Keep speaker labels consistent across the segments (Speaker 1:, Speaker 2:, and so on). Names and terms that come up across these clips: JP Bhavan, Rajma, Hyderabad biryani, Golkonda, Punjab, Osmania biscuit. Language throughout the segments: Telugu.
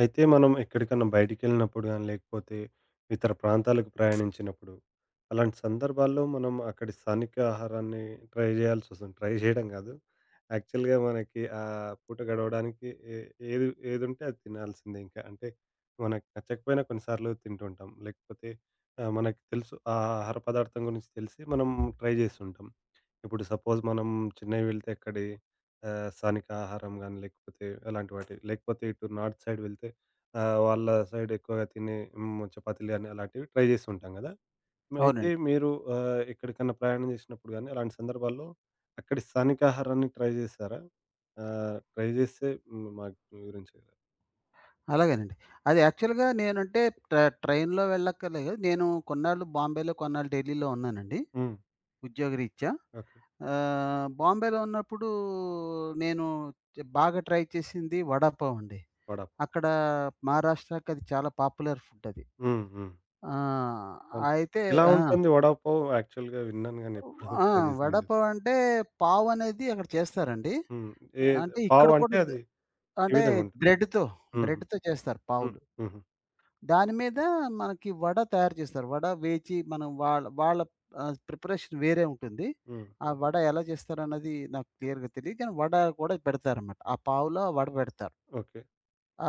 Speaker 1: అయితే మనం ఎక్కడికన్నా బయటికెళ్ళినప్పుడు గానీ, లేకపోతే ఇతర ప్రాంతాలకు ప్రయాణించినప్పుడు, అలాంటి సందర్భాల్లో మనం అక్కడి స్థానిక ఆహారాన్ని ట్రై జేయాల్సొస్తుంది. ట్రై జేయడం గాదు. యాక్చువల్‌గా మనకి ఆ పూట గడవడానికి ఏ ఏది ఏదుంటే అది తినాల్సిందే ఇంకా. అంటే మనకు నచ్చకపోయినా కొన్ని సార్లు తింటుంటాం. లేకపోతే మనకు తెలుసు ఆ ఆహార పదార్థం గురించి తెలిసి మనం ట్రై జేస్తుంటాం. ఇప్పుడు సపోజ్ మనం చెన్నై వెళ్తే అక్కడి స్థానిక ఆహారం గాని, లేకపోతే అలాంటి వాటి లేకపోతే ఇటు నార్త్ సైడ్ వెళ్తే వాళ్ళ సైడ్ ఎక్కువగా తినే చపాతీలు గాని, అలాంటివి ట్రై చేస్తుంటాం గదా! అయితే
Speaker 2: అవునండి.
Speaker 1: మీరు ఎక్కడికన్నా ప్రయాణం చేసినప్పుడు గాని, అలాంటి సందర్భాల్లో అక్కడి స్థానిక ఆహారాన్ని ట్రై చేశారా? ట్రై చేస్తే మాకు గురించి
Speaker 2: అలాగేనండి. అది యాక్చువల్‌గా నేనంటే ట ట్రైన్‌లో వెళ్ళక్కర్లేదు. నేను కొన్నాళ్ళు బాంబేలో, కొన్నాళ్ళు ఢిల్లీలో ఉన్నానండి
Speaker 1: హ్మ్.
Speaker 2: ఉద్యోగరీత్యా.
Speaker 1: ఓకే.
Speaker 2: బాంబేలో ఉన్నప్పుడు నేను బాగా ట్రై చేసింది వడా పావ్ అండి.
Speaker 1: వడ పావ్.
Speaker 2: అక్కడ మహారాష్ట్రకి అది చాలా పాపులర్ ఫుడ్ అది.
Speaker 1: హ్మ్. హ్మ్.
Speaker 2: ఆ!
Speaker 1: అవును.
Speaker 2: అయితే
Speaker 1: ఎలా
Speaker 2: ఆ!
Speaker 1: ఉంటుంది వడ పావ్ యాక్చువల్‌గా విన్నాను గాని ఎప్పుడు
Speaker 2: ఆ!
Speaker 1: ట్రై
Speaker 2: వడ
Speaker 1: చేసింది లేదు.
Speaker 2: పావ్ అంటే పావ్ అనేది అక్కడ చేస్తారండి.
Speaker 1: హ్మ్. ఏది
Speaker 2: అంటే ఇక్కడ
Speaker 1: పావ్
Speaker 2: కూడా
Speaker 1: అంటే అది ఏ
Speaker 2: అంటే
Speaker 1: విధంగా ఉంటుంది?
Speaker 2: బ్రెడ్‌తో,
Speaker 1: హుహు.
Speaker 2: బ్రెడ్‌తో చేస్తారు
Speaker 1: హ్మ్.
Speaker 2: పావులు.
Speaker 1: హుహు.
Speaker 2: దాని మీద మనకి వడ తయారు చేస్తారు. వడ వేచి మనం వాళ్ళ వాళ్ళ ప్రిపరేషన్ వేరే ఉంటుంది.
Speaker 1: హ్మ్.
Speaker 2: ఆ వడ ఎలా చేస్తారన్నది నాకు క్లియర్‌గా తెలీదు. కానీ వడ కూడా పెడతారన్నమాట. ఆ పావులో వడ పెడతారు.
Speaker 1: ఓకే.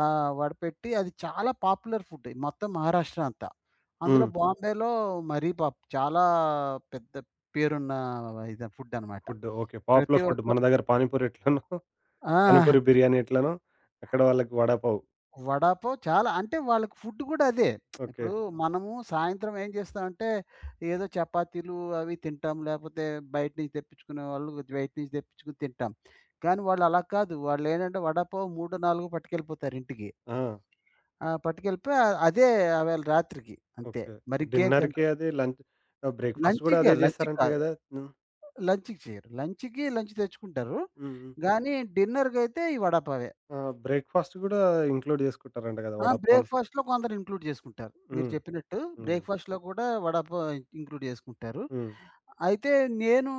Speaker 2: ఆ! వడ పెట్టి అది చాలా పాపులర్ ఫుడ్ మొత్తం మహారాష్ట్ర అంతా. అందులో
Speaker 1: హ్మ్.
Speaker 2: బాంబేలో మరీ చాలా పెద్ద పేరున్న ఇది ఫుడ్ అన్నమాట.
Speaker 1: Food okay.
Speaker 2: ప్రతి
Speaker 1: పాపులర్ ఫుడ్
Speaker 2: ఒక్క
Speaker 1: మన దగ్గర పానీపూరి ఎట్లనో,
Speaker 2: ఆ!
Speaker 1: పానీపూరి, బిర్యానీ ఎట్లనో అక్కడ వాళ్ళకి వడ పావు.
Speaker 2: వడాపావ్ చాలా అంటే వాళ్ళకి ఫుడ్ కూడా అదే.
Speaker 1: ఓకే.
Speaker 2: ఇప్పుడు మనము సాయంత్రం ఏం చేస్తామంటే, ఏదో చపాతీలు అవి తింటాం. లేపోతే బయట నుంచి తెప్పించుకునే వాళ్ళు బయట నుంచి తెప్పించుకొని తింటాం. కానీ వాళ్ళు అలా కాదు. వాళ్ళేంటంటే వడాపావ్ 3, 4 పట్టుకెళ్ళిపోతారు ఇంటికి.
Speaker 1: ఆ!
Speaker 2: ఆ! పట్టుకెళ్ళిపోయి అదే ఆవేళ రాత్రికి అంతే.
Speaker 1: ఓకే.
Speaker 2: మరింకేం
Speaker 1: డిన్నర్‌కి
Speaker 2: తినరు.
Speaker 1: అది లంచ్ బ్రేక్‌ఫాస్ట్ గూడా అదే
Speaker 2: లంచ్‌కి
Speaker 1: జేస్తారంట
Speaker 2: కాదు.
Speaker 1: గదా! హ్మ్.
Speaker 2: లంచ్‌కి చేయరు. లంచ్‌కి లంచ్ తెచ్చుకుంటారు.
Speaker 1: హ్మ్. హ్మ్.
Speaker 2: గానీ డిన్నర్‌కైతే ఈ వడాపావే.
Speaker 1: ఆ! బ్రేక్‌ఫాస్ట్ గూడా ఇంక్లూడ్ జేసుకుంటారంట గదా!
Speaker 2: ఆ!
Speaker 1: వడ పావును.
Speaker 2: బ్రేక్‌ఫాస్ట్‌లో కొందరు ఇంక్లూడ్ చేసుకుంటారు. మీరు
Speaker 1: హ్మ్.
Speaker 2: చెప్పినట్టు
Speaker 1: హ్మ్.
Speaker 2: బ్రేక్‌ఫాస్ట్‌లో కూడా ఇంక్లూడ్ చేసుకుంటారు.
Speaker 1: హ్మ్.
Speaker 2: అయితే నేను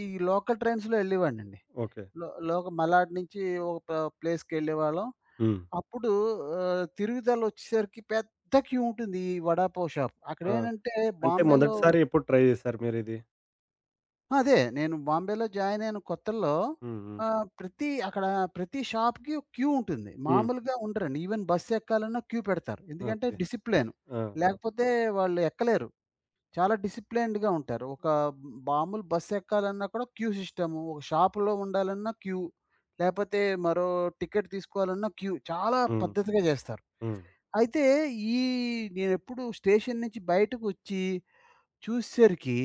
Speaker 2: ఈ లోకల్ ట్రైన్స్‌లో యెళ్ళేవాడినండి.
Speaker 1: ఓకే.
Speaker 2: లో లోక మలాడ్ నుంచి ఒక ప ప్లేస్‌కెళ్ళేవాళ్ళం.
Speaker 1: హ్మ్.
Speaker 2: అప్పుడు తిరుగుదలొచ్చేసరికి పెద్ద క్యూ ఉంటుంది ఈ వడాపావ్ షాప్.
Speaker 1: ఆ!
Speaker 2: అక్కడేంటంటే
Speaker 1: అంటే
Speaker 2: బాంబేలో
Speaker 1: మొదటిసారి ఎప్పుడు ట్రై జేశారు మీరిది?
Speaker 2: అదే. నేను బాంబేలో జాయిన్ అయిన కొత్తల్లో
Speaker 1: హ్మ్. హ్మ్.
Speaker 2: ఆహ్, ప్రతి అక్కడ ప్రతి షాప్‌కి క్యూ ఉంటుంది.
Speaker 1: హ్మ్.
Speaker 2: మామూలుగా ఉండరండి. ఈవెన్ బస్ ఎక్కాలన్నా క్యూ పెడతారు. ఎందుకంటే
Speaker 1: ఓకే.
Speaker 2: డిసిప్లిన్.
Speaker 1: ఆ! ఆ!
Speaker 2: లేకపోతే వాళ్ళు ఎక్కలేరు. చాలా డిసిప్లైన్డ్‌గా ఉంటారు. ఒక మామూలు బస్ ఎక్కాలన్నా కూడా క్యూ సిస్టము. ఒక షాపులో ఉండాలన్నా క్యూ. లేపోతే మరో టికెట్ తీసుకోవాలన్నా క్యూ. చాలా
Speaker 1: హ్మ్.
Speaker 2: పద్ధతిగా జేస్తారు.
Speaker 1: హ్మ్.
Speaker 2: అయితే ఈ నేనెప్పుడు స్టేషన్ నుంచి బయటకొచ్చి చూసేసరికి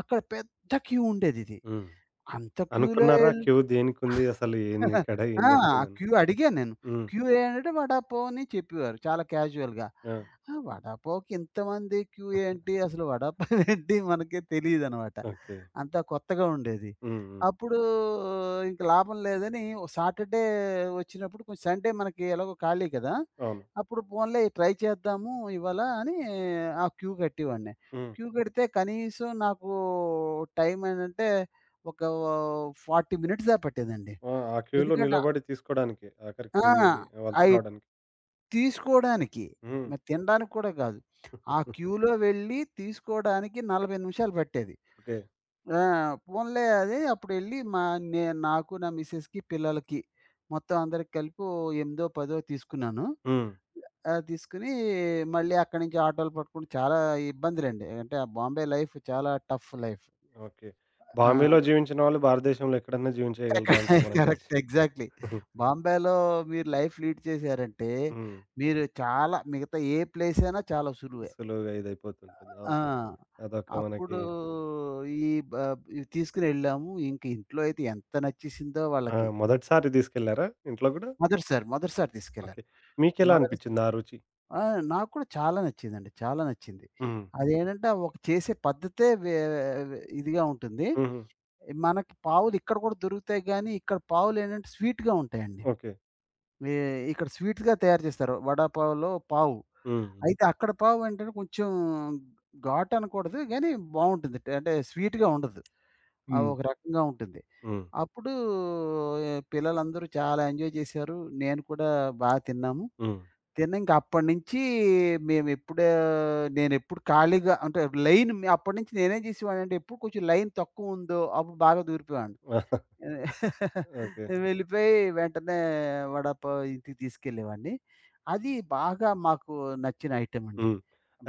Speaker 2: అక్కడ పెద్ద క్యూ ఉండేదిది.
Speaker 1: హ్మ్.
Speaker 2: అంత క్యూలో
Speaker 1: అనుకున్నారా
Speaker 2: ఎల్
Speaker 1: క్యూ దేనికుంది? అసలు ఏంది ఇక్కడ? ఏం
Speaker 2: ఆ!
Speaker 1: జరుగుతుందని?
Speaker 2: క్యూ అడిగాను నేను.
Speaker 1: హ్మ్.
Speaker 2: క్యూ ఏ అంటే వడాపావ్ అని చెప్పేవారు చాలా క్యాజువల్‌గా.
Speaker 1: ఆ!
Speaker 2: ఆ! వడాపావ్‌కి ఇంతమంది క్యూ ఏంటి? అసలు వడాపావ్ ఏంటి? మనకే తెలీదనమాట.
Speaker 1: ఓకే.
Speaker 2: అంతా కొత్తగా ఉండేది.
Speaker 1: హ్మ్. హ్మ్.
Speaker 2: అప్పుడు ఇంక లాభం లేదని ఓ సాటర్‌డే వచ్చినప్పుడు కొంచెం సండే మనకి ఎలాగో ఖాళీ కదా!
Speaker 1: అవును.
Speaker 2: అప్పుడు పోన్లే ట్రై చేద్దాము ఇవాళ అని ఆ క్యూ కట్టేవాడిని.
Speaker 1: హ్మ్.
Speaker 2: క్యూ కడితే కనీసం నాకు టైం ఏంటంటే ఒక 40 మినిట్స్ దాకా పట్టేదండి.
Speaker 1: ఆ! ఆ క్యూలో
Speaker 2: ఎందుకంటే
Speaker 1: నిలబడి తీసుకోడానికి. ఆఖరికి
Speaker 2: ఆ!
Speaker 1: మీ వంతు
Speaker 2: అయి
Speaker 1: రావడానికి.
Speaker 2: తీసుకోడానికి.
Speaker 1: హ్మ్.
Speaker 2: మరి తినడానికి కూడా కాదు. ఆ క్యూలో వెళ్ళి తీసుకోడానికి 40 నిమిషాలు పట్టేది.
Speaker 1: ఓకే.
Speaker 2: ఆ! పోన్లే అది అప్పుడెళ్ళి మా నే నాకు, నా మిసెస్‌కి, పిల్లలకి మొత్తం అందరికి కలిపి ఓ 8, 10 తీసుకున్నాను.
Speaker 1: హ్మ్.
Speaker 2: తీసుకొని మళ్ళీ అక్కడి నుంచి ఆటోలు పట్టుకొని చాలా ఇబ్బందులండి. అంటే ఆ బాంబే లైఫ్ చాలా టఫ్ లైఫ్.
Speaker 1: ఓకే.
Speaker 2: ఆ!
Speaker 1: బాంబేలో జీవించిన వాళ్ళు భారతదేశంలో ఎక్కడన్నా జీవించేయగలరా అంట మనకు తెలిసి.
Speaker 2: కరెక్ట్. ఎగ్జాక్ట్‌లీ. బాంబేలో మీరు లైఫ్ లీడ్ చేశారంటే,
Speaker 1: హ్మ్.
Speaker 2: మీరు చాలా మిగతా ఏ ప్లేస్ అయినా చాలా సులువే.
Speaker 1: సులువుగా ఇదైపోతుంటుంది.
Speaker 2: ఆ!
Speaker 1: అవును. అదొక
Speaker 2: అప్పుడు
Speaker 1: మనకి
Speaker 2: ఈ బ ఇవి తీసుకొనెళ్ళాము. ఇంక ఇంట్లో అయితే ఎంత నచ్చేసిందో
Speaker 1: ఆ!
Speaker 2: వాళ్ళకి.
Speaker 1: మొదటిసారి తీసుకెళ్లారా ఇంట్లో గూడా?
Speaker 2: మొదటిసారి తీసుకెళ్ళాను.
Speaker 1: ఓకే. మీకెలా
Speaker 2: మొదటి
Speaker 1: అనిపించింది ఆ రుచి?
Speaker 2: ఆ! నాకు కూడా చాలా నచ్చిందండి. చాలా నచ్చింది.
Speaker 1: హ్మ్.
Speaker 2: అదేంటంటే, ఒక చేసే పద్ధతే వే ఇదిగా ఉంటుంది.
Speaker 1: హుహు.
Speaker 2: మనకి పావులు ఇక్కడ కూడా దొరుకుతాయి గానీ, ఇక్కడ పావులేంటంటే స్వీట్‌గా ఉంటాయండి.
Speaker 1: ఓకే.
Speaker 2: ఈ ఇక్కడ స్వీట్‌గా తయారు చేస్తారు. వడాపావులో పావు.
Speaker 1: హ్మ్. హ్మ్.
Speaker 2: అయితే అక్కడ పావు అంటేనే కొంచెం ఘాటు అనకూడదు గానీ బావుంటుంది. అంటే స్వీట్‌గా ఉండదు.
Speaker 1: హ్మ్.
Speaker 2: ఒక రకంగా ఉంటుంది.
Speaker 1: హ్మ్.
Speaker 2: అప్పుడు పిల్లలందరూ చాలా ఎంజాయ్ చేశారు. నేను కూడా బా తిన్నాము.
Speaker 1: హ్మ్.
Speaker 2: తిన్నంక అప్పటినుంచి మేమెప్పుడే నేనెప్పుడు ఖాళీగా అంటే అప్పటినుంచి నేనేం చేసేవాడినంటే ఎప్పుడు కొంచెం లైన్ తక్కువ ఉందో అప్పుడు బాగా దూరిపోయేవాడిని.
Speaker 1: ఆహా! ఓకే.
Speaker 2: వెళ్ళిపోయి వెంటనే వడపావు ఇంటికి తీసుకెళ్ళేవాడిని. అది బాగా మాకు నచ్చిన ఐటెమ్ అండి.
Speaker 1: హ్మ్.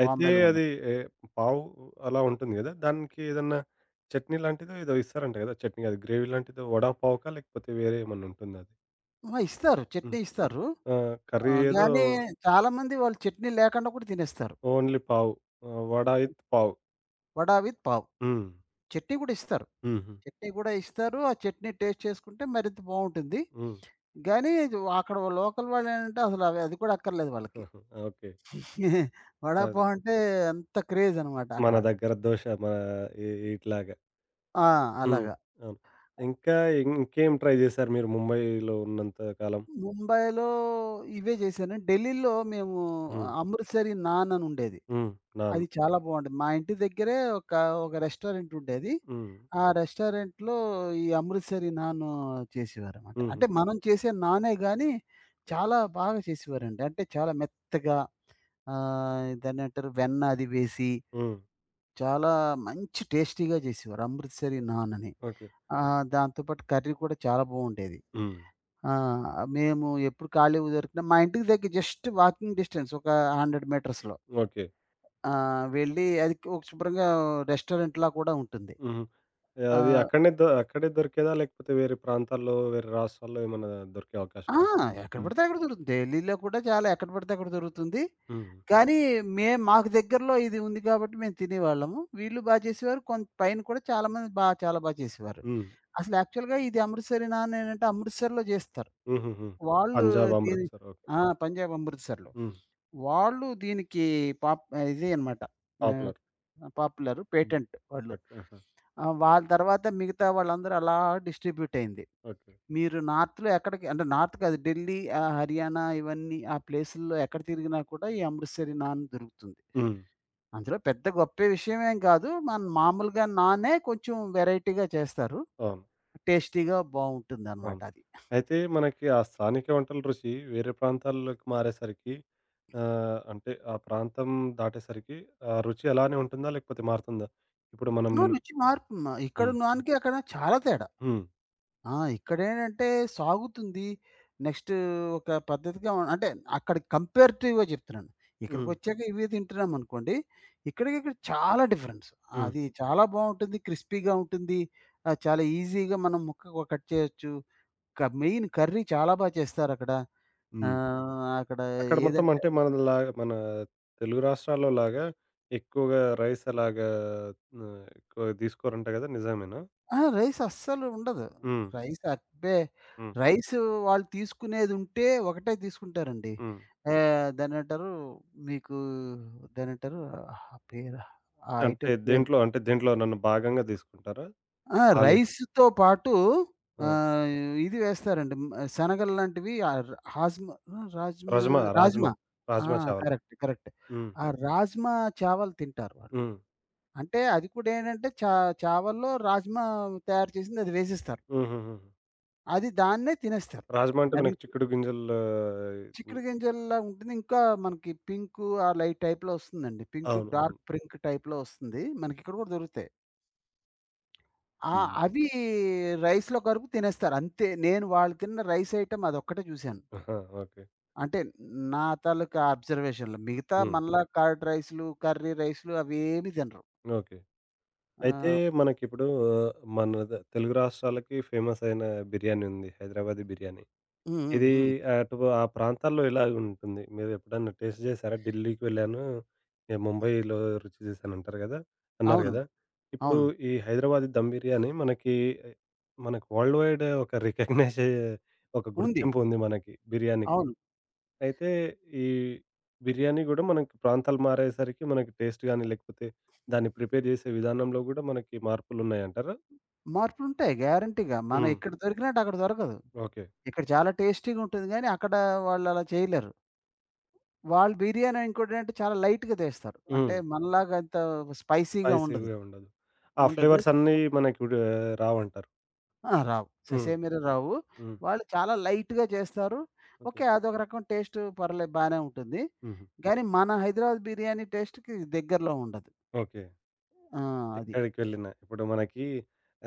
Speaker 1: అయితే
Speaker 2: బాంబేలో ఉన్నప్పుడు.
Speaker 1: అది ఏ పావు అలా ఉంటుంది గదా! దానికి ఏదన్నా చట్నీ లాంటిదో ఏదో ఇస్తారంట గదా! చట్నీ గాదు గ్రేవీ లాంటిదో వడా పావుకా లేకపోతే వేరే ఏమన్నా ఉంటుందా అది?
Speaker 2: ఆ! ఇస్తారు.
Speaker 1: హ్మ్.
Speaker 2: చట్నీ ఇస్తారు.
Speaker 1: ఆ! కర్రీ ఏదో
Speaker 2: గానీ చాలామంది వాళ్ళు చట్నీ లేకుండా కూడా తినేస్తారు.
Speaker 1: ఓన్లీ పావు. వడ విత్ పావు.
Speaker 2: వడ విత్ పావ్.
Speaker 1: హ్మ్.
Speaker 2: చట్నీ కూడా ఇస్తారు.
Speaker 1: హుహు.
Speaker 2: చట్నీ కూడా ఇస్తారు. ఆ చట్నీ టేస్ట్ చేసుకుంటే మరింత బావుంటుంది.
Speaker 1: హ్మ్.
Speaker 2: గానీ ఇది అక్కడ లోకల్ వాళ్ళేంటంటే అసలు అది కూడా అక్కర్లేదు వాళ్ళకి.
Speaker 1: ఆహా! ఓకే.
Speaker 2: వడ
Speaker 1: అది.
Speaker 2: పావ్ అంటే అంత క్రేజ్ అనమాట అక్కడ.
Speaker 1: మన దగ్గర దోష మన ఈ ఇట్లాగా.
Speaker 2: ఆ!
Speaker 1: హ్మ్.
Speaker 2: అలాగా.
Speaker 1: అవును. ఇంకా ఇంకేం ట్రై జేశారు మీరు ముంబైలో ఉన్నంత కాలం?
Speaker 2: ముంబైలో ఇవే చేశాను. ఢిల్లీలో మేము
Speaker 1: హ్మ్.
Speaker 2: అమృత్సరి నాన్ అని ఉండేది.
Speaker 1: హ్మ్. నాన్.
Speaker 2: అది చాలా బావుండేది. మా ఇంటి దగ్గరే ఒక ఒక రెస్టారెంట్ ఉండేది.
Speaker 1: హ్మ్.
Speaker 2: ఆ రెస్టారెంట్‌లో ఈ అమృత్సరి నాన్ చేసేవారనమాట. అంటే
Speaker 1: హుహు.
Speaker 2: మనం చేసే నానే గాని చాలా బాగా చేసేవారండి. అంటే చాలా మెత్తగా దాన్నేంటారు వెన్న అది వేసి
Speaker 1: హ్మ్.
Speaker 2: చాలా మంచి టేస్టీగా చేసేవారు అమృత్సరి నాన్ అని.
Speaker 1: ఓకే.
Speaker 2: దాంతో పాటు కర్రీ కూడా చాలా బావుండేది.
Speaker 1: హ్మ్.
Speaker 2: ఆ! మేము ఎప్పుడు ఖాళీ దొరికినా మా ఇంటికి దగ్గర జస్ట్ వాకింగ్ డిస్టెన్స్ ఒక 100 మీటర్స్‌లో.
Speaker 1: ఓకే.
Speaker 2: వెళ్ళి అది ఒక శుభ్రంగా రెస్టారెంట్‌లా కూడా ఉంటుంది.
Speaker 1: హుహు. అది
Speaker 2: ఆహ్,
Speaker 1: అక్కడనే అక్కడే దొరికేదా? లేకపోతే వేరే ప్రాంతాల్లో, వేరే రాష్ట్రాల్లో ఏమన్నా దొరికే అవకాశం
Speaker 2: ఆ!
Speaker 1: ఉందా?
Speaker 2: ఎక్కడ
Speaker 1: హ్మ్.
Speaker 2: పడితే అక్కడ దొరుకుతుంది. ఢిల్లీలో కూడా చాలా ఎక్కడ పడితే అక్కడ దొరుకుతుంది.
Speaker 1: హ్మ్.
Speaker 2: కానీ మేము మాకు దగ్గరలో ఇది ఉంది కాబట్టి మేము తినేవాళ్ళము. వీళ్ళు బా చేసేవారు. కొంత పైన కూడా చాలామంది బా చాలా బా చేసేవారు.
Speaker 1: హ్మ్.
Speaker 2: అసలు యాక్చువల్‌గా ఇది అమృత్సరేనా అని అంటే అమృత్సర్‌లో చేస్తారు.
Speaker 1: హుహుహు.
Speaker 2: వాళ్ళు
Speaker 1: పంజాబ్,
Speaker 2: దీని
Speaker 1: అమృత్‌సర్ ఓకే.
Speaker 2: ఆ! పంజాబ్ అమృత్‌సర్‌లో.
Speaker 1: హ్మ్.
Speaker 2: వాళ్ళు దీనికి పాప్ ఇది అన్నమాట. ఆహ్,
Speaker 1: పాపులర్.
Speaker 2: పాపులర్
Speaker 1: హ్మ్.
Speaker 2: పేటెంట్ వాళ్ళు.
Speaker 1: ఓకే. ఆహా!
Speaker 2: వాళ్ళ తర్వాత మిగతా వాళ్ళందరూ అలా డిస్ట్రిబ్యూట్ అయింది.
Speaker 1: ఓకే.
Speaker 2: మీరు నార్త్‌లో ఎక్కడికి అంటే నార్త్ కాదు ఢిల్లీ, ఆహ్, హర్యానా ఇవన్నీ ఆ ప్లేసుల్లో ఎక్కడ తిరిగినా కూడా ఈ అమృత్‌సరి నాన్ దొరుకుతుంది.
Speaker 1: హ్మ్.
Speaker 2: అందులో పెద్ద గొప్ప విషయమేం కాదు. మన మామూలుగా నానే కొంచెం వెరైటీగా చేస్తారు.
Speaker 1: అవును.
Speaker 2: టేస్టీగా బావుంటుందన్నమాట
Speaker 1: అవును.
Speaker 2: అది. ఆ!
Speaker 1: అయితే మనకి ఆ స్థానిక వంటల రుచి వేరే ప్రాంతాల్లోకి మారేసరికి అంటే ఆ ప్రాంతం దాటేసరికి ఆ రుచి అలానే ఉంటుందా? లేకపోతే మారుతుందా? ఇప్పుడు మనం
Speaker 2: రుచి మార్పు మ ఇక్కడ
Speaker 1: హ్మ్.
Speaker 2: నాన్‌కి అక్కడ చాలా తేడా.
Speaker 1: హ్మ్.
Speaker 2: ఆ! ఇక్కడేంటంటే సాగుతుంది. నెక్స్టు ఒక పద్ధతిగా ఉ అంటే అక్కడ కంపేరేటివ్‌గా చెప్తున్నాను.
Speaker 1: హ్మ్.
Speaker 2: ఇక్కడికొచ్చాక ఇవే తింటున్నామనుకోండి. ఇక్కడికి ఇక్కడ చాలా డిఫరెన్స్.
Speaker 1: హ్మ్.
Speaker 2: అది చాలా బావుంటుంది. క్రిస్పీగా ఉంటుంది. చాలా ఈజీగా మనం ముక్కగా కట్ చేయొచ్చు. మెయిన్ కర్రీ చాలా బా చేస్తారక్కడ.
Speaker 1: హ్మ్.
Speaker 2: అక్కడ
Speaker 1: అక్కడ మొత్తం
Speaker 2: ఏదంటే
Speaker 1: అంటే మనలా మన తెలుగు రాష్ట్రాల్లో లాగా ఎక్కువగా రైస్ అలాగా ఎక్కువ తీసుకోరంట గదా! నిజమేనా?
Speaker 2: అహా! రైస్ అస్సలు ఉండదు.
Speaker 1: హ్మ్.
Speaker 2: రైస్ అంటే
Speaker 1: హ్మ్.
Speaker 2: రైస్ వాళ్ళు తీసుకునేదుంటే ఒకటే తీసుకుంటారండి.
Speaker 1: హ్మ్.
Speaker 2: ఆహ్, దాన్నేంటారు మీకు దాన్నేంటారు ఆ పేరా? ఆ
Speaker 1: అంటే
Speaker 2: ఐటెమ్ పేరు
Speaker 1: దేంట్లో అంటే దేంట్లో నన్ను భాగంగా తీసుకుంటారా?
Speaker 2: ఆ!
Speaker 1: ఆలే
Speaker 2: రైస్‌తో పాటు
Speaker 1: ఆ!
Speaker 2: ఆహ్, ఇది వేస్తారండి. హ్మ్, శనగలు లాంటివి రాజ్మా
Speaker 1: రజ్మా, రాజ్మా,
Speaker 2: రాజ్మా. ఆ!
Speaker 1: రాజ్మా చావల్.
Speaker 2: కరెక్ట్.
Speaker 1: హ్మ్.
Speaker 2: ఆ రాజ్మా చావల్ తింటారు వాళ్ళు.
Speaker 1: హ్మ్.
Speaker 2: అంటే అది కూడా ఏంటంటే చావల్లో రాజ్మా తయారు చేసింది అది వేసేస్తారు.
Speaker 1: హుహుహు.
Speaker 2: అది దాన్నే తినేస్తారు.
Speaker 1: రాజ్మా అంటే
Speaker 2: అది
Speaker 1: మనకి చిక్కుడు గింజలు హ్మ్.
Speaker 2: చిక్కుడు గింజల్లా ఉంటుంది. ఇంకా మనకి పింకు ఆ లైట్ టైప్‌లో వస్తుందండి. పింకు
Speaker 1: అవును. అవును.
Speaker 2: డార్క్ పింక్ టైప్‌లో వస్తుంది. మనకిక్కడ కూడా దొరుకుతాయి. ఆ!
Speaker 1: హ్మ్.
Speaker 2: అవి రైస్‌లో కలుపు తినేస్తారు అంతే. నేను వాళ్ళు తిన్న రైస్ ఐటెమ్ అదొక్కటే చూశాను.
Speaker 1: ఆహా! ఓకే.
Speaker 2: అంటే నా తాలూకా అబ్జర్వేషన్‌లో. మిగతా
Speaker 1: హ్మ్.
Speaker 2: మనలా కర్డ్ రైస్‌లు, కర్రీ రైస్‌లు అవేమి తినరు.
Speaker 1: ఓకే. అయితే
Speaker 2: ఆ!
Speaker 1: మనకిప్పుడు మన తెలుగు రాష్ట్రాలకి ఫేమస్ అయిన బిర్యానీ ఉంది. హైదరాబాదీ బిర్యానీ.
Speaker 2: హ్మ్. హ్మ్.
Speaker 1: ఇది
Speaker 2: హ్మ్.
Speaker 1: అటు ఆ ప్రాంతాల్లో ఇలాగుంటుంది. మీరెప్పుడన్నా టేస్ట్ జేశారా? ఢిల్లీకి వెళ్ళాను, ముంబైలో రుచి జూసానంటారు గదా! అన్నారు
Speaker 2: అవును.
Speaker 1: గదా! ఇప్పుడు
Speaker 2: అవును.
Speaker 1: ఈ హైదరాబాదీ దమ్ బిర్యానీ మనకి ఎ మనకు వరల్డ్ వైడ్ ఒక రికగ్నైజ్ ఒక
Speaker 2: ఉంది.
Speaker 1: గుర్తింపు ఉంది మనకి బిర్యానీకి.
Speaker 2: అవును.
Speaker 1: అయితే ఈ బిర్యానీ గూడా మనకి ప్రాంతాలు మారేసరికి మనకి టేస్ట్ గానీ, లేకపోతే దాన్ని ప్రిపేర్ జేసే విధానంలో గూడా మనకి మార్పులున్నాయంటారా?
Speaker 2: మార్పులుంటాయి గ్యారంటీగా. మనం
Speaker 1: హ్మ్.
Speaker 2: ఇక్కడ దొరికినట్టు అక్కడ దొరకదు.
Speaker 1: ఓకే.
Speaker 2: ఇక్కడ చాలా టేస్టీగా ఉంటుంది గానీ, అక్కడ వాళ్ళలా చేయలేరు. వాళ్ళు బిర్యానీ ఇంకోటేంటంటే చాలా లైట్‌గా చేస్తారు. అంటే
Speaker 1: హ్మ్.
Speaker 2: మనలాగా అంత స్పైసీగా ఉండదు.
Speaker 1: స్పైసీగా ఉండదు. ఆ
Speaker 2: ఉండదు.
Speaker 1: ఫ్లేవర్స్ అన్నీ మనకి ఇప్పుడు రావంటారు.
Speaker 2: ఆ! రావు.
Speaker 1: హ్మ్.
Speaker 2: ససేమిరా రావు.
Speaker 1: హ్మ్.
Speaker 2: వాళ్ళు చాలా లైట్‌గా చేస్తారు.
Speaker 1: ఓకే.
Speaker 2: ఓకే. అదొక రకం టేస్ట్ పర్లేదు బానే ఉంటుంది.
Speaker 1: హుహు.
Speaker 2: గానీ మన హైదరాబాద్ బిర్యానీ టేస్ట్‌కి దగ్గరలో ఉండదు.
Speaker 1: ఓకే.
Speaker 2: ఆ! అది.
Speaker 1: ఎక్కడికి వెళ్ళినా ఇప్పుడు మనకి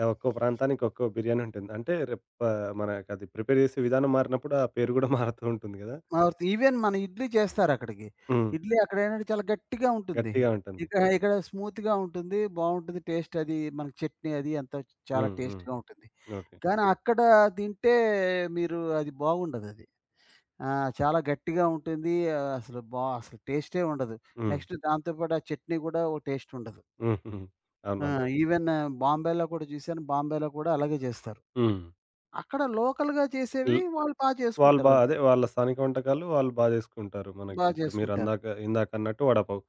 Speaker 1: ఒక్కో ప్రాంతానికి ఒక్కో బిర్యానీ ఉంటుంది. అంటే రేపు మనకది ప్రిపేర్ చేసే విధానం మారినప్పుడు ఆ పేరు గూడా మారుతూ ఉంటుంది గదా!
Speaker 2: అవుత్ ఈవెన్ మన ఇడ్లీ చేస్తారక్కడికి.
Speaker 1: హ్మ్.
Speaker 2: ఇడ్లీ అక్కడేంటంటే చాలా గట్టిగా ఉంటుంది.
Speaker 1: గట్టిగా ఉంటుంది.
Speaker 2: ఇక్కడ స్మూత్‌గా ఉంటుంది. బావుంటుంది. టేస్ట్ అది మనకి చట్నీ అది అంతా చాలా
Speaker 1: హ్మ్. హ్మ్.
Speaker 2: టేస్ట్‌గా ఉంటుంది.
Speaker 1: ఓకే.
Speaker 2: కానీ అక్కడ తింటే మీరు అది బాగుండదది. ఆ! చాలా గట్టిగా ఉంటుంది. అసలు టేస్టే ఉండదు.
Speaker 1: హ్మ్.
Speaker 2: నెక్స్ట్ దాంతో పాటు ఆ చట్నీ కూడా ఓ టేస్ట్ ఉండదు.
Speaker 1: హుహు. అవును.
Speaker 2: ఆ!
Speaker 1: అంతే.
Speaker 2: ఈవెన్ బాంబేలో కూడా చూసాను. బాంబేలో కూడా అలాగే చేస్తారు.
Speaker 1: హ్మ్.
Speaker 2: అక్కడ లోకల్‌గా చేసేవి వాళ్ళు బా
Speaker 1: వాళ్ళు బా
Speaker 2: చేసుకుంటారంతే.
Speaker 1: అదే వాళ్ళ స్థానిక వంటకాలు వాళ్ళు బా జేసుకుంటారు.
Speaker 2: బా
Speaker 1: మనకిప్పుడు
Speaker 2: చేసుకుంటారు.
Speaker 1: మీరందాక ఇందాకన్నట్టు వడాపావు.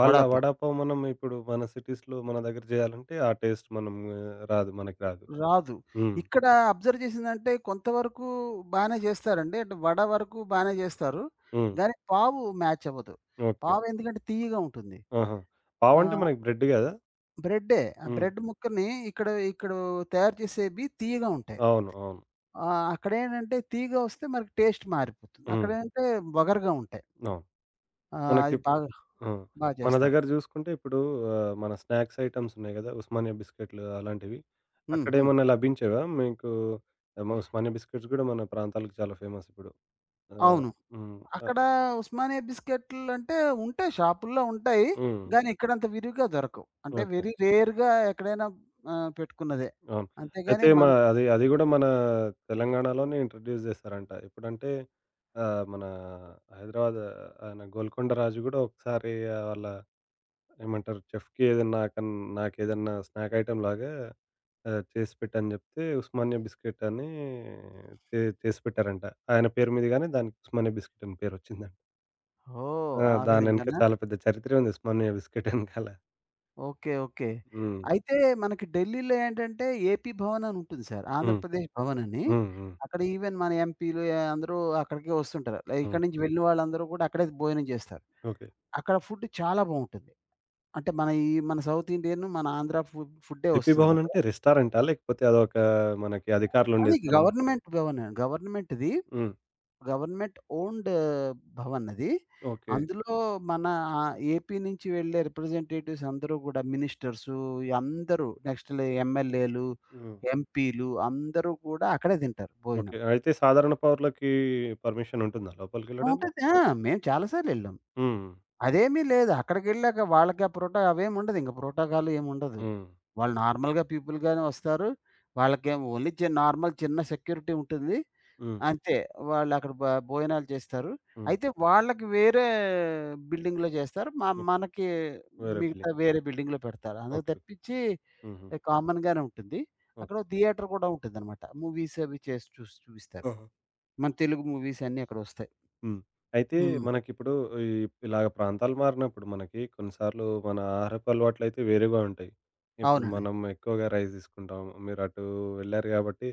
Speaker 1: వాళ్ళ
Speaker 2: వడాపావ్.
Speaker 1: వడాపావు మనం ఇప్పుడు మన సిటీస్‌లో మన దగ్గర జేయాలంటే ఆ టేస్ట్ మనం రాదు. మనకి రాదు.
Speaker 2: రాదు.
Speaker 1: హ్మ్.
Speaker 2: ఇక్కడ అబ్జర్వ్ చేసిందంటే కొంతవరకు బానే చేస్తారండి. అంటే వడ వరకు బానే చేస్తారు.
Speaker 1: హ్మ్.
Speaker 2: గానీ పావు మ్యాచ్ అవ్వదు.
Speaker 1: ఓకే.
Speaker 2: పావు ఎందుకంటే తియ్యగా ఉంటుంది.
Speaker 1: ఆహా! పావంటే
Speaker 2: ఆహ్,
Speaker 1: మనకి బ్రెడ్ గదా!
Speaker 2: బ్రెడ్డే. ఆ
Speaker 1: హ్మ్.
Speaker 2: బ్రెడ్ ముక్కని ఇక్కడ ఇక్కడ తయారు చేసేవి తియ్యగా ఉంటాయి.
Speaker 1: అవును. అవును.
Speaker 2: అక్కడేంటంటే తియ్యగా వస్తే మనకి టేస్ట్ మారిపోతుంది.
Speaker 1: హ్మ్.
Speaker 2: అక్కడేంటంటే వగరుగా ఉంటాయి.
Speaker 1: అవును. మనకి
Speaker 2: అది
Speaker 1: ఆ!
Speaker 2: బాగా
Speaker 1: మన
Speaker 2: చేస్తారు.
Speaker 1: దగ్గర జూసుకుంటే ఇప్పుడు మన స్నాక్స్ ఐటెమ్స్ ఉన్నాయి గదా! ఉస్మానియా బిస్కెట్లు అలాంటివి.
Speaker 2: హ్మ్. హ్మ్.
Speaker 1: అక్కడేమన్నా లభించేవా మీకు? ఏమో ఉస్మానియా బిస్కెట్స్ గూడా మన ప్రాంతాలకు చాలా ఫేమస్ ఇప్పుడు. ఆ!
Speaker 2: అవును.
Speaker 1: హ్మ్. ఆ!
Speaker 2: అక్కడ ఉస్మానియా బిస్కెట్లంటే ఉంటాయి. షాపుల్లో ఉంటాయి.
Speaker 1: హ్మ్.
Speaker 2: గానీ ఇక్కడంత విరివిగా దొరకవు. అంటే
Speaker 1: ఓకే.
Speaker 2: వెరీ రేర్‌గా ఎక్కడైనా పెట్టుకున్నదే.
Speaker 1: అవును.
Speaker 2: అంతేగాని
Speaker 1: అయితే
Speaker 2: మన
Speaker 1: మా అది అది గూడా మన తెలంగాణలోనే ఇంట్రొడ్యూస్ జేశారంట. ఎప్పుడంటే మన హైదరాబాద్ ఆయన గోల్కొండ రాజు గూడా ఒకసారి వాళ్ళ ఏమంటారు చెఫ్‌కి ఏదన్నా నాకేదన్నా స్నాక్ ఐటెమ్ లాగా చేసి పెట్టని జెప్తే ఉస్మానియా బిస్కెట్ అని చేసి పెట్టారంట. ఆయన పేరు మీద గాని దానికి ఉస్మానియా బిస్కెట్ అని పేరొచ్చిందంట.
Speaker 2: ఓహ్!
Speaker 1: ఆ!
Speaker 2: ఆ
Speaker 1: దానెనక
Speaker 2: విధంగానా?
Speaker 1: చాలా పెద్ద చరిత్రే ఉంది ఉస్మానియా బిస్కెట్ ఎనకాల.
Speaker 2: ఓకే.
Speaker 1: హ్మ్.
Speaker 2: అయితే మనకి ఢిల్లీలో ఏంటంటే ఏపీ భవన్ అని ఉంటుంది సార్.
Speaker 1: హ్మ్.
Speaker 2: ఆంధ్రప్రదేశ్ భవన్ అని.
Speaker 1: హ్మ్. హ్మ్.
Speaker 2: అక్కడ ఈవెన్ మన ఎంపీలు అందరూ అక్కడికే వస్తుంటారు. లైక్
Speaker 1: హ్మ్.
Speaker 2: ఇక్కడి నుంచి వెళ్ళిన వాళ్ళందరూ కూడా అక్కడే భోజనం చేస్తారు.
Speaker 1: ఓకే.
Speaker 2: అక్కడ ఫుడ్ చాలా బావుంటుంది. అంటే మన సౌత్ ఇండియన్, మన ఆంధ్ర ఫుడ్డే
Speaker 1: 'జేపీ
Speaker 2: వస్తుంది.
Speaker 1: భవన్' అంటే రెస్టారెంటా? లేకపోతే అదొక మనకి అధికారులుండే
Speaker 2: అది
Speaker 1: స్థలం?
Speaker 2: గవర్నమెంట్ భవన్. గవర్నమెంట్‌ది.
Speaker 1: హ్మ్.
Speaker 2: గవర్నమెంట్ ఓన్డ్ భవన్ అది.
Speaker 1: ఓకే.
Speaker 2: అందులో మన ఏపీ నుంచి వెళ్ళే రిప్రజెంటేటివ్స్ అందరూ కూడా మినిస్టర్సు అందరూ నెక్స్ట్ లే ఎమ్మెల్యేలు,
Speaker 1: హ్మ్.
Speaker 2: ఎంపీలు అందరూ కూడా అక్కడే తింటారు భోజనం.
Speaker 1: ఓకే. అయితే సాధారణ పౌరులకి పర్మిషన్ ఉంటుందా లోపలికెళ్ళడానికి?
Speaker 2: ఉంటది. ఆ! మేము చాలా సార్లు వెళ్ళాం.
Speaker 1: హ్మ్.
Speaker 2: అదేమీ లేదు. అక్కడికెళ్ళాక వాళ్ళకి ఆ ప్రోటా అవేమి ఉండదు. ఇంక ప్రోటోకాల్ ఏమి ఉండదు.
Speaker 1: హ్మ్.
Speaker 2: వాళ్ళు నార్మల్‌గా పీపుల్‌గానే వస్తారు. వాళ్ళకేమో ఓన్లీ నార్మల్ చిన్న సెక్యూరిటీ ఉంటుంది.
Speaker 1: హ్మ్.
Speaker 2: అంతే. వాళ్ళక్కడ బ భోజనాలు చేస్తారు.
Speaker 1: హ్మ్.
Speaker 2: అయితే వాళ్ళకి వేరే బిల్డింగ్‌లో చేస్తారు.
Speaker 1: ఓహ్!
Speaker 2: మనకి
Speaker 1: వేరే
Speaker 2: మిగతా
Speaker 1: బిల్డింగ్.
Speaker 2: వేరే బిల్డింగ్‌లో పెడతారు. అందుకు
Speaker 1: ఓకే.
Speaker 2: తప్పించి
Speaker 1: హుహు.
Speaker 2: కామన్‌గానే ఉంటుంది. అక్కడ
Speaker 1: ఓకే.
Speaker 2: ఓ థియేటర్ కూడా ఉంటుందనమాట. మూవీస్ అవి చేసి చూసి చూపిస్తారు.
Speaker 1: ఆహా!
Speaker 2: మన తెలుగు మూవీస్ అన్నీ అక్కడొస్తాయి.
Speaker 1: హ్మ్. అయితే
Speaker 2: హ్మ్.
Speaker 1: మనకిప్పుడు ఈ ఇలాగ ప్రాంతాలు మారినప్పుడు మనకి కొన్నిసార్లు మన ఆహారపు అలవాట్లయితే వేరేగా ఉంటాయి. ఇప్పుడు
Speaker 2: అవునండి.
Speaker 1: మనం ఎక్కువగా రైస్ తీసుకుంటాం. మీరు అటు వెళ్లారు కాబట్టి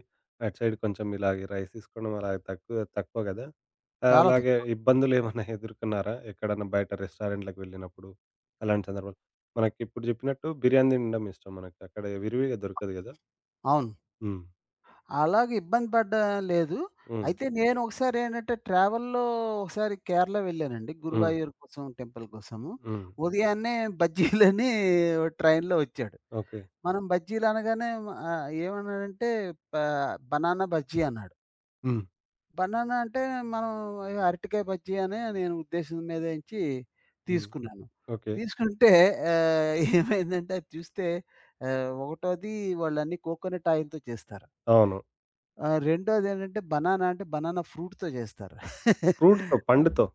Speaker 1: అటు సైడ్ కొంచెం ఇలాగ రైస్ తీసుకోవడం అలాగ తక్కువ తక్కువ గదా!
Speaker 2: చాలా
Speaker 1: అలాగే
Speaker 2: తక్కువ.
Speaker 1: ఇబ్బందులేమన్నా ఎదుర్కొన్నారా? ఎక్కడన్నా బయట రెస్టారెంట్‌లకి వెళ్ళినప్పుడు అలాంటి సందర్భాలు? మనకిప్పుడు జెప్పినట్టు బిర్యానీ తినడం ఇష్టం మనకి. అక్కడ విరివిగా దొరకదు గదా!
Speaker 2: అవును.
Speaker 1: హ్మ్.
Speaker 2: అలాగ ఇబ్బంది పడ్డా లేదు.
Speaker 1: హ్మ్.
Speaker 2: అయితే నేను ఒకసారి ఏంటంటే ట్రావెల్‌లో ఒకసారి కేరళ వెళ్ళానండి.
Speaker 1: హ్మ్.
Speaker 2: గురువాయూర్ కోసం టెంపుల్ కోసము.
Speaker 1: హ్మ్.
Speaker 2: ఉదయాన్నే బజ్జీలని ఓ ట్రైన్‌లో వచ్చాడు.
Speaker 1: ఓకే.
Speaker 2: మనం బజ్జీలు అనగానే ఏమన్నాడంటే ప బనానా బజ్జీ అన్నాడు.
Speaker 1: హ్మ్.
Speaker 2: బనానా అంటే మనం అరటికాయ బజ్జీ అనే నేను ఉద్దేశం మీద ఎంచి
Speaker 1: హ్మ్.
Speaker 2: తీసుకున్నాను.
Speaker 1: ఓకే.
Speaker 2: తీసుకుంటే ఆహ్, ఏమైందంటే అది చూస్తే ఒకటోది వాళ్ళన్నీ కోకోనట్ ఆయిల్‌తో చేస్తారు.
Speaker 1: అవును.
Speaker 2: ఆ! రెండోదేంటంటే బనానా అంటే బనానా ఫ్రూట్‌తో చేస్తారు.
Speaker 1: ఫ్రూట్‌తో పండుతో.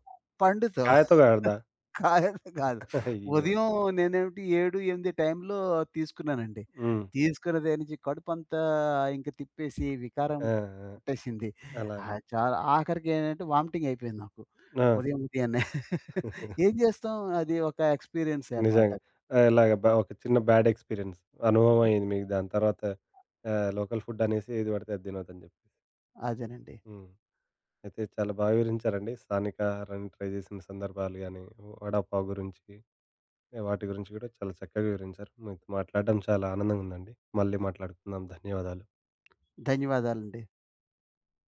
Speaker 2: పండుతో
Speaker 1: కాయతో కాడదా?
Speaker 2: కాయతో కాదు.
Speaker 1: అయ్యో!
Speaker 2: ఉదయం నేనేమిటి 7, 8 టైంలో తీసుకున్నానండి.
Speaker 1: హ్మ్.
Speaker 2: తీసుకున్న దగ్గర నుంచి కడుపంతా ఇంక తిప్పేసి వికారం
Speaker 1: ఆ! ఆ!
Speaker 2: పుట్టేసింది.
Speaker 1: అలాగే.
Speaker 2: చాలా ఆఖరికి ఏంటంటే వామిటింగ్ అయిపోయింది నాకు.
Speaker 1: ఆ!
Speaker 2: ఉదయాన్నే. ఏం చేస్తాం అది ఒక ఎక్స్‌పీరియన్సే అనమాట.
Speaker 1: నిజంగా. ఇలాగ ఒక చిన్న బ్యాడ్ ఎక్స్‌పీరియన్స్ అనుభవం అయింది మీకు. దాని తర్వాత లోకల్ ఫుడ్ అనేసి ఏది పడితే అది తినొద్దని చెప్పి.
Speaker 2: అదేనండి.
Speaker 1: హ్మ్. అయితే చాలా బాగా వివరించారండి. స్థానిక ఆహారాన్ని ట్రై చేసిన సందర్భాలు గానీ, వడా పావ్ గురించి, వాటి గురించి కూడా చాలా చక్కగా వివరించారు. మీతో మాట్లాడడం చాలా ఆనందంగా ఉందండి. మళ్ళీ మాట్లాడుకుందాం. ధన్యవాదాలు.
Speaker 2: ధన్యవాదాలండి.